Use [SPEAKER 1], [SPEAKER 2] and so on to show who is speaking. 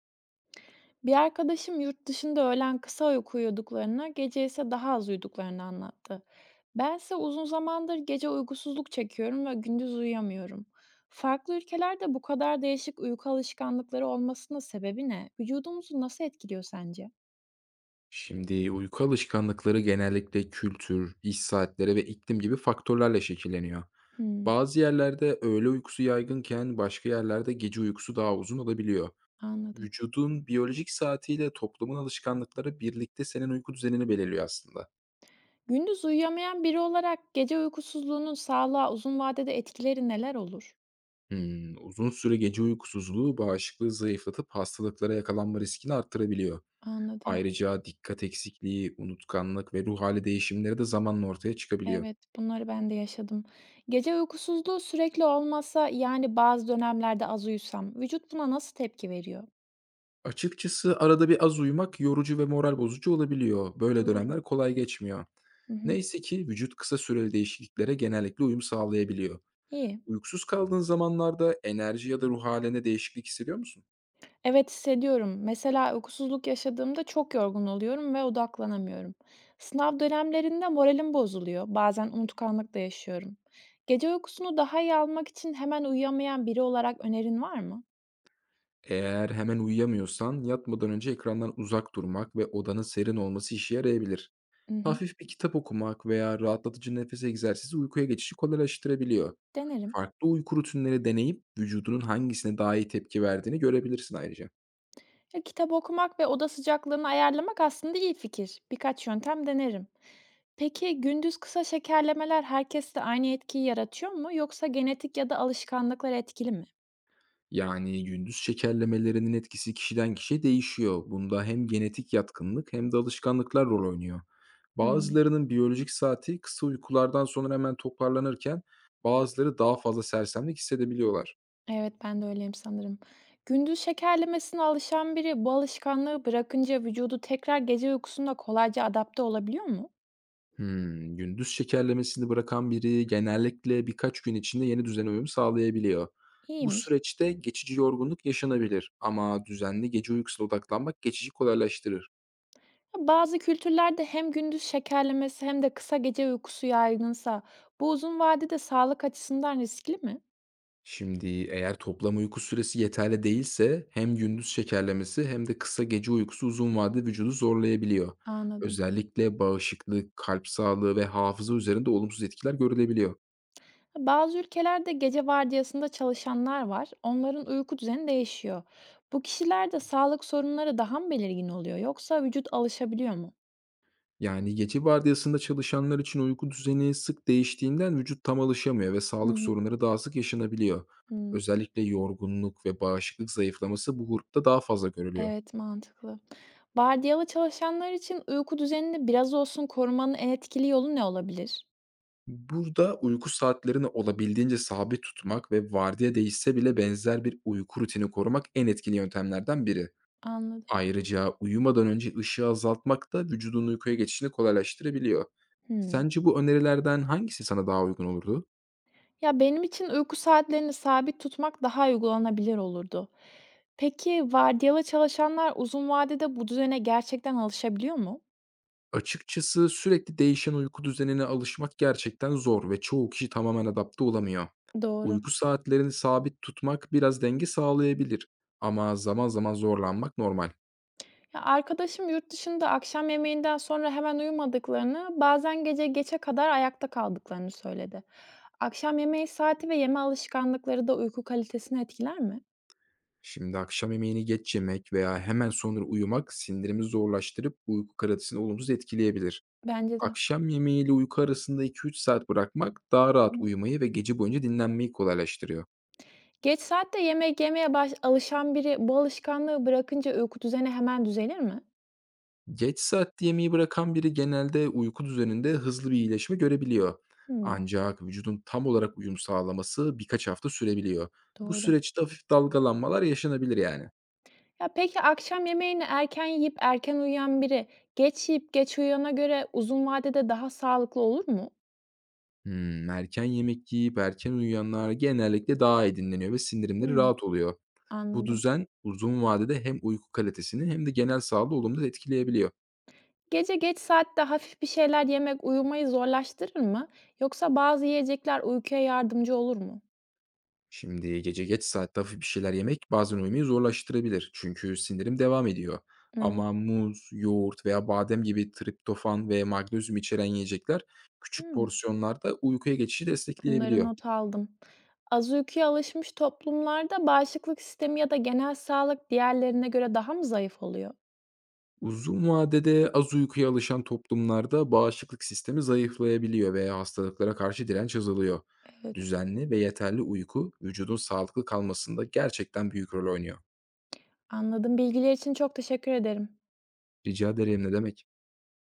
[SPEAKER 1] Bir arkadaşım yurt dışında öğlen kısa uyku uyuduklarını, gece ise daha az uyuduklarını anlattı. Bense uzun zamandır gece uykusuzluk çekiyorum ve gündüz uyuyamıyorum. Farklı ülkelerde bu kadar değişik uyku alışkanlıkları olmasının sebebi ne? Vücudumuzu nasıl etkiliyor sence?
[SPEAKER 2] Şimdi uyku alışkanlıkları genellikle kültür, iş saatleri ve iklim gibi faktörlerle şekilleniyor.
[SPEAKER 1] Hmm,
[SPEAKER 2] Bazı yerlerde öğle uykusu yaygınken başka yerlerde gece uykusu daha uzun olabiliyor.
[SPEAKER 1] anladım.
[SPEAKER 2] Vücudun biyolojik saatiyle toplumun alışkanlıkları birlikte senin uyku düzenini belirliyor aslında.
[SPEAKER 1] Gündüz uyuyamayan biri olarak gece uykusuzluğunun sağlığa uzun vadede etkileri neler olur?
[SPEAKER 2] Uzun süre gece uykusuzluğu bağışıklığı zayıflatıp hastalıklara yakalanma riskini arttırabiliyor.
[SPEAKER 1] Anladım.
[SPEAKER 2] Ayrıca dikkat eksikliği, unutkanlık ve ruh hali değişimleri de zamanla ortaya çıkabiliyor.
[SPEAKER 1] Evet, bunları ben de yaşadım. Gece uykusuzluğu sürekli olmasa, yani bazı dönemlerde az uyusam, vücut buna nasıl tepki veriyor?
[SPEAKER 2] Açıkçası arada bir az uyumak yorucu ve moral bozucu olabiliyor. Böyle
[SPEAKER 1] Doğru.
[SPEAKER 2] dönemler kolay geçmiyor.
[SPEAKER 1] Hı hı.
[SPEAKER 2] Neyse ki vücut kısa süreli değişikliklere genellikle uyum sağlayabiliyor.
[SPEAKER 1] İyi.
[SPEAKER 2] Uykusuz kaldığın zamanlarda enerji ya da ruh haline değişiklik hissediyor musun?
[SPEAKER 1] Evet, hissediyorum. Mesela uykusuzluk yaşadığımda çok yorgun oluyorum ve odaklanamıyorum. Sınav dönemlerinde moralim bozuluyor. Bazen unutkanlık da yaşıyorum. Gece uykusunu daha iyi almak için hemen uyuyamayan biri olarak önerin var mı?
[SPEAKER 2] Eğer hemen uyuyamıyorsan yatmadan önce ekrandan uzak durmak ve odanın serin olması işe yarayabilir.
[SPEAKER 1] Hı hı.
[SPEAKER 2] Hafif bir kitap okumak veya rahatlatıcı nefes egzersizi uykuya geçişi kolaylaştırabiliyor.
[SPEAKER 1] Denerim.
[SPEAKER 2] Farklı uyku rutinleri deneyip vücudunun hangisine daha iyi tepki verdiğini görebilirsin ayrıca.
[SPEAKER 1] Ya, kitap okumak ve oda sıcaklığını ayarlamak aslında iyi fikir. Birkaç yöntem denerim. Peki gündüz kısa şekerlemeler herkeste aynı etkiyi yaratıyor mu yoksa genetik ya da alışkanlıklar etkili mi?
[SPEAKER 2] Yani, gündüz şekerlemelerinin etkisi kişiden kişiye değişiyor. Bunda hem genetik yatkınlık hem de alışkanlıklar rol oynuyor.
[SPEAKER 1] Hımm.
[SPEAKER 2] Bazılarının biyolojik saati kısa uykulardan sonra hemen toparlanırken bazıları daha fazla sersemlik hissedebiliyorlar.
[SPEAKER 1] Evet, ben de öyleyim sanırım. Gündüz şekerlemesine alışan biri bu alışkanlığı bırakınca vücudu tekrar gece uykusunda kolayca adapte olabiliyor mu?
[SPEAKER 2] Gündüz şekerlemesini bırakan biri genellikle birkaç gün içinde yeni düzene uyum sağlayabiliyor. Bu
[SPEAKER 1] İyiymiş.
[SPEAKER 2] süreçte geçici yorgunluk yaşanabilir ama düzenli gece uykusuna odaklanmak geçici kolaylaştırır.
[SPEAKER 1] Ya, bazı kültürlerde hem gündüz şekerlemesi hem de kısa gece uykusu yaygınsa bu uzun vadede sağlık açısından riskli mi?
[SPEAKER 2] Şimdi, eğer toplam uyku süresi yeterli değilse hem gündüz şekerlemesi hem de kısa gece uykusu uzun vadede vücudu zorlayabiliyor.
[SPEAKER 1] Anladım.
[SPEAKER 2] Özellikle bağışıklık, kalp sağlığı ve hafıza üzerinde olumsuz etkiler görülebiliyor.
[SPEAKER 1] Bazı ülkelerde gece vardiyasında çalışanlar var. Onların uyku düzeni değişiyor. Bu kişilerde sağlık sorunları daha mı belirgin oluyor yoksa vücut alışabiliyor mu?
[SPEAKER 2] Yani, gece vardiyasında çalışanlar için uyku düzeni sık değiştiğinden vücut tam alışamıyor ve
[SPEAKER 1] Hı
[SPEAKER 2] sağlık
[SPEAKER 1] hı.
[SPEAKER 2] sorunları daha sık yaşanabiliyor.
[SPEAKER 1] Hı.
[SPEAKER 2] Özellikle yorgunluk ve bağışıklık zayıflaması bu grupta daha fazla görülüyor.
[SPEAKER 1] Evet, mantıklı. Vardiyalı çalışanlar için uyku düzenini biraz olsun korumanın en etkili yolu ne olabilir?
[SPEAKER 2] Burada uyku saatlerini olabildiğince sabit tutmak ve vardiya değişse bile benzer bir uyku rutini korumak en etkili yöntemlerden biri.
[SPEAKER 1] Anladım.
[SPEAKER 2] Ayrıca uyumadan önce ışığı azaltmak da vücudun uykuya geçişini kolaylaştırabiliyor.
[SPEAKER 1] Hı.
[SPEAKER 2] Sence bu önerilerden hangisi sana daha uygun olurdu?
[SPEAKER 1] Ya benim için uyku saatlerini sabit tutmak daha uygulanabilir olurdu. Peki vardiyalı çalışanlar uzun vadede bu düzene gerçekten alışabiliyor mu?
[SPEAKER 2] Açıkçası sürekli değişen uyku düzenine alışmak gerçekten zor ve çoğu kişi tamamen adapte olamıyor.
[SPEAKER 1] Doğru.
[SPEAKER 2] Uyku saatlerini sabit tutmak biraz denge sağlayabilir, ama zaman zaman zorlanmak normal.
[SPEAKER 1] Ya arkadaşım yurt dışında akşam yemeğinden sonra hemen uyumadıklarını, bazen gece geçe kadar ayakta kaldıklarını söyledi. Akşam yemeği saati ve yeme alışkanlıkları da uyku kalitesini etkiler mi?
[SPEAKER 2] Şimdi, akşam yemeğini geç yemek veya hemen sonra uyumak sindirimi zorlaştırıp uyku kalitesini olumsuz etkileyebilir.
[SPEAKER 1] Bence de.
[SPEAKER 2] Akşam yemeği ile uyku arasında 2-3 saat bırakmak daha
[SPEAKER 1] Hı.
[SPEAKER 2] rahat uyumayı ve gece boyunca dinlenmeyi kolaylaştırıyor.
[SPEAKER 1] Geç saatte yemek yemeye baş alışan biri bu alışkanlığı bırakınca uyku düzeni hemen düzelir mi?
[SPEAKER 2] Geç saatte yemeği bırakan biri genelde uyku düzeninde hızlı bir iyileşme görebiliyor.
[SPEAKER 1] Hmm,
[SPEAKER 2] Ancak vücudun tam olarak uyum sağlaması birkaç hafta sürebiliyor. Bu
[SPEAKER 1] doğru.
[SPEAKER 2] süreçte hafif dalgalanmalar yaşanabilir yani.
[SPEAKER 1] Ya peki akşam yemeğini erken yiyip erken uyuyan biri geç yiyip geç uyuyana göre uzun vadede daha sağlıklı olur mu?
[SPEAKER 2] Erken yemek yiyip erken uyuyanlar genellikle daha iyi dinleniyor ve sindirimleri
[SPEAKER 1] Hmm,
[SPEAKER 2] rahat oluyor. Bu
[SPEAKER 1] anladım.
[SPEAKER 2] düzen uzun vadede hem uyku kalitesini hem de genel sağlığı olumlu etkileyebiliyor.
[SPEAKER 1] Gece geç saatte hafif bir şeyler yemek uyumayı zorlaştırır mı? Yoksa bazı yiyecekler uykuya yardımcı olur mu?
[SPEAKER 2] Şimdi, gece geç saatte hafif bir şeyler yemek bazen uyumayı zorlaştırabilir, çünkü sindirim devam ediyor.
[SPEAKER 1] Hımm.
[SPEAKER 2] Ama muz, yoğurt veya badem gibi triptofan ve magnezyum içeren yiyecekler küçük
[SPEAKER 1] Hımm.
[SPEAKER 2] porsiyonlarda uykuya geçişi
[SPEAKER 1] Bunları
[SPEAKER 2] destekleyebiliyor.
[SPEAKER 1] not aldım. Az uykuya alışmış toplumlarda bağışıklık sistemi ya da genel sağlık diğerlerine göre daha mı zayıf oluyor?
[SPEAKER 2] Uzun vadede az uykuya alışan toplumlarda bağışıklık sistemi zayıflayabiliyor ve hastalıklara karşı direnç azalıyor.
[SPEAKER 1] Evet,
[SPEAKER 2] Düzenli ve yeterli uyku vücudun sağlıklı kalmasında gerçekten büyük rol oynuyor.
[SPEAKER 1] anladım. Bilgiler için çok teşekkür ederim.
[SPEAKER 2] Rica ederim, ne demek.